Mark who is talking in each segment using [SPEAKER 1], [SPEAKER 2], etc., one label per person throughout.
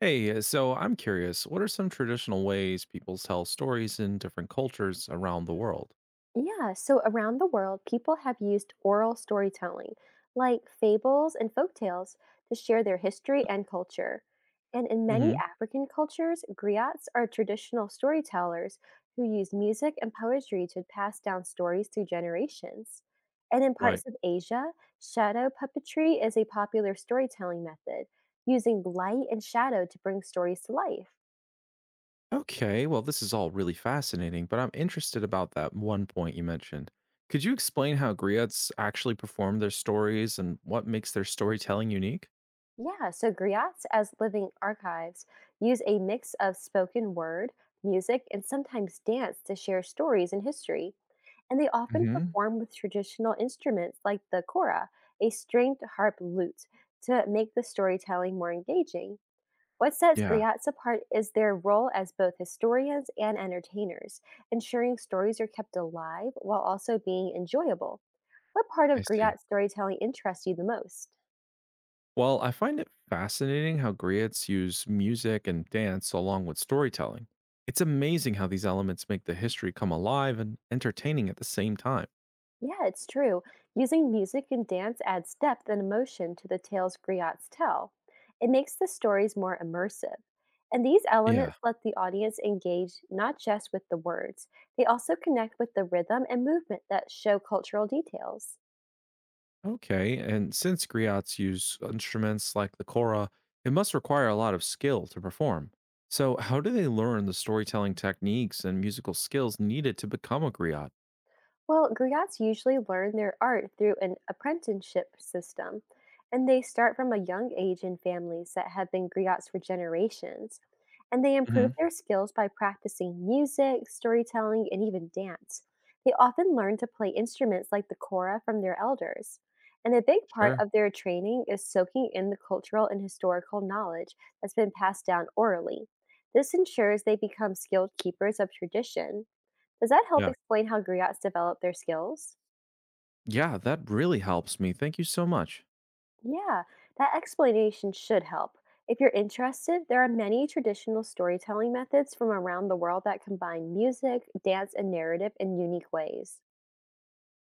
[SPEAKER 1] Hey, so I'm curious, what are some traditional ways people tell stories in different cultures around the world?
[SPEAKER 2] Yeah, so around the world, people have used oral storytelling, like fables and folktales, to share their history and culture. And in many
[SPEAKER 1] Hmm.
[SPEAKER 2] African cultures, griots are traditional storytellers who use music and poetry to pass down stories through generations. And in
[SPEAKER 1] Right.
[SPEAKER 2] parts of Asia, shadow puppetry is a popular storytelling method, using light and shadow to bring stories to life.
[SPEAKER 1] Okay, well, this is all really fascinating, but I'm interested about that one point you mentioned. Could you explain how griots actually perform their stories and what makes their storytelling unique?
[SPEAKER 2] Yeah, so griots as living archives use a mix of spoken word, music, and sometimes dance to share stories and history. And they often
[SPEAKER 1] Hmm.
[SPEAKER 2] perform with traditional instruments like the kora, a stringed harp lute, to make the storytelling more engaging. What sets
[SPEAKER 1] Yeah,
[SPEAKER 2] griots apart is their role as both historians and entertainers, ensuring stories are kept alive while also being enjoyable. What part
[SPEAKER 1] I
[SPEAKER 2] of
[SPEAKER 1] see.
[SPEAKER 2] griot storytelling interests you the most?
[SPEAKER 1] Well, I find it fascinating how griots use music and dance along with storytelling. It's amazing how these elements make the history come alive and entertaining at the same time.
[SPEAKER 2] Yeah, it's true. Using music and dance adds depth and emotion to the tales griots tell. It makes the stories more immersive. And these
[SPEAKER 1] Yeah.
[SPEAKER 2] elements let the audience engage not just with the words, they also connect with the rhythm and movement that show cultural details.
[SPEAKER 1] Okay. And since griots use instruments like the kora, it must require a lot of skill to perform. So, how do they learn the storytelling techniques and musical skills needed to become a griot?
[SPEAKER 2] Well, griots usually learn their art through an apprenticeship system, and they start from a young age in families that have been griots for generations. And they improve
[SPEAKER 1] Hmm.
[SPEAKER 2] their skills by practicing music, storytelling, and even dance. They often learn to play instruments like the kora from their elders. And a big part
[SPEAKER 1] Sure.
[SPEAKER 2] of their training is soaking in the cultural and historical knowledge that's been passed down orally. This ensures they become skilled keepers of tradition. Does that help
[SPEAKER 1] Yeah.
[SPEAKER 2] explain how griots develop their skills?
[SPEAKER 1] Yeah, that really helps me. Thank you so much.
[SPEAKER 2] Yeah, that explanation should help. If you're interested, there are many traditional storytelling methods from around the world that combine music, dance, and narrative in unique ways.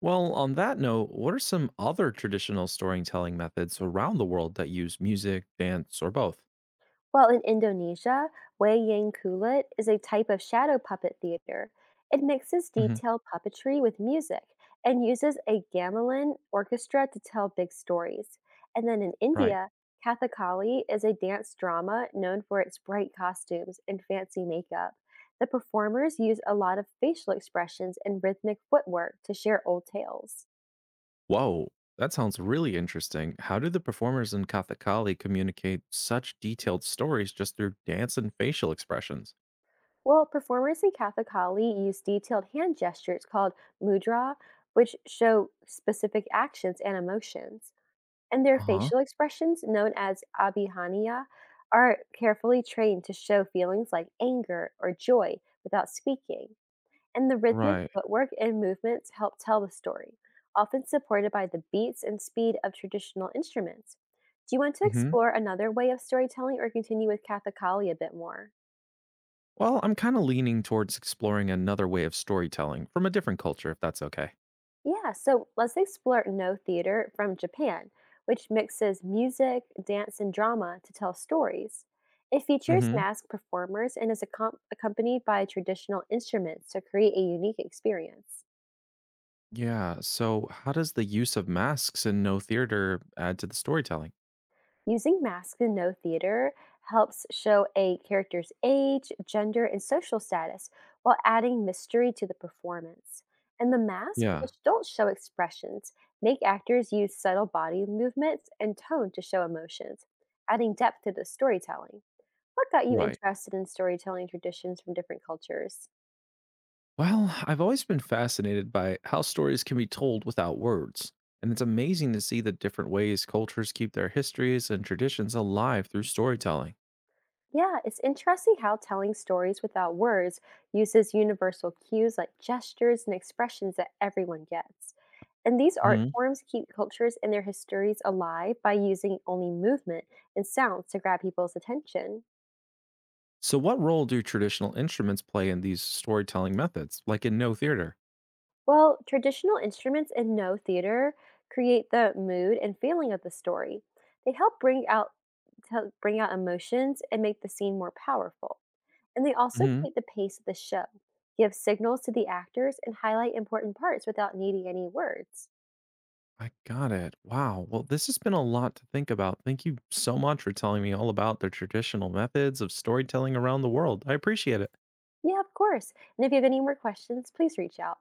[SPEAKER 1] Well, on that note, what are some other traditional storytelling methods around the world that use music, dance, or both?
[SPEAKER 2] While in Indonesia, wayang kulit is a type of shadow puppet theater. It mixes
[SPEAKER 1] Hmm.
[SPEAKER 2] detailed puppetry with music and uses a gamelan orchestra to tell big stories. And then in
[SPEAKER 1] Right.
[SPEAKER 2] India, Kathakali is a dance drama known for its bright costumes and fancy makeup. The performers use a lot of facial expressions and rhythmic footwork to share old tales.
[SPEAKER 1] Whoa, that sounds really interesting. How do the performers in Kathakali communicate such detailed stories just through dance and facial expressions?
[SPEAKER 2] Well, performers in Kathak Kali use detailed hand gestures called mudra, which show specific actions and emotions. And their
[SPEAKER 1] Uh huh.
[SPEAKER 2] facial expressions, known as abhihaniya, are carefully trained to show feelings like anger or joy without speaking. And the rhythmic
[SPEAKER 1] Right.
[SPEAKER 2] footwork and movements help tell the story, often supported by the beats and speed of traditional instruments. Do you want to
[SPEAKER 1] Hmm.
[SPEAKER 2] explore another way of storytelling or continue with Kathak Kali a bit more?
[SPEAKER 1] Well, I'm kind of leaning towards exploring another way of storytelling from a different culture, if that's okay.
[SPEAKER 2] Yeah, so let's explore No Theater from Japan, which mixes music, dance, and drama to tell stories. It features
[SPEAKER 1] Hmm.
[SPEAKER 2] masked performers and is accompanied by traditional instruments to create a unique experience.
[SPEAKER 1] Yeah. So, how does the use of masks in no theater add to the storytelling?
[SPEAKER 2] Using masks in no theater helps show a character's age, gender, and social status while adding mystery to the performance. And the masks,
[SPEAKER 1] Yeah.
[SPEAKER 2] which don't show expressions, make actors use subtle body movements and tone to show emotions, adding depth to the storytelling. What got you
[SPEAKER 1] Right.
[SPEAKER 2] interested in storytelling traditions from different cultures?
[SPEAKER 1] Well, I've always been fascinated by how stories can be told without words, and it's amazing to see the different ways cultures keep their histories and traditions alive through storytelling.
[SPEAKER 2] Yeah, it's interesting how telling stories without words uses universal cues like gestures and expressions that everyone gets. And these art
[SPEAKER 1] Hmm.
[SPEAKER 2] forms keep cultures and their histories alive by using only movement and sounds to grab people's attention.
[SPEAKER 1] So, what role do traditional instruments play in these storytelling methods, like in no theater?
[SPEAKER 2] Well, traditional instruments and no theater create the mood and feeling of the story. They help bring out to bring out emotions and make the scene more powerful. And they also
[SPEAKER 1] Hmm.
[SPEAKER 2] keep the pace of the show, give signals to the actors, and highlight important parts without needing any words.
[SPEAKER 1] I got it. Wow. Well, this has been a lot to think about. Thank you so much for telling me all about the traditional methods of storytelling around the world. I appreciate it.
[SPEAKER 2] Yeah, of course. And if you have any more questions, please reach out.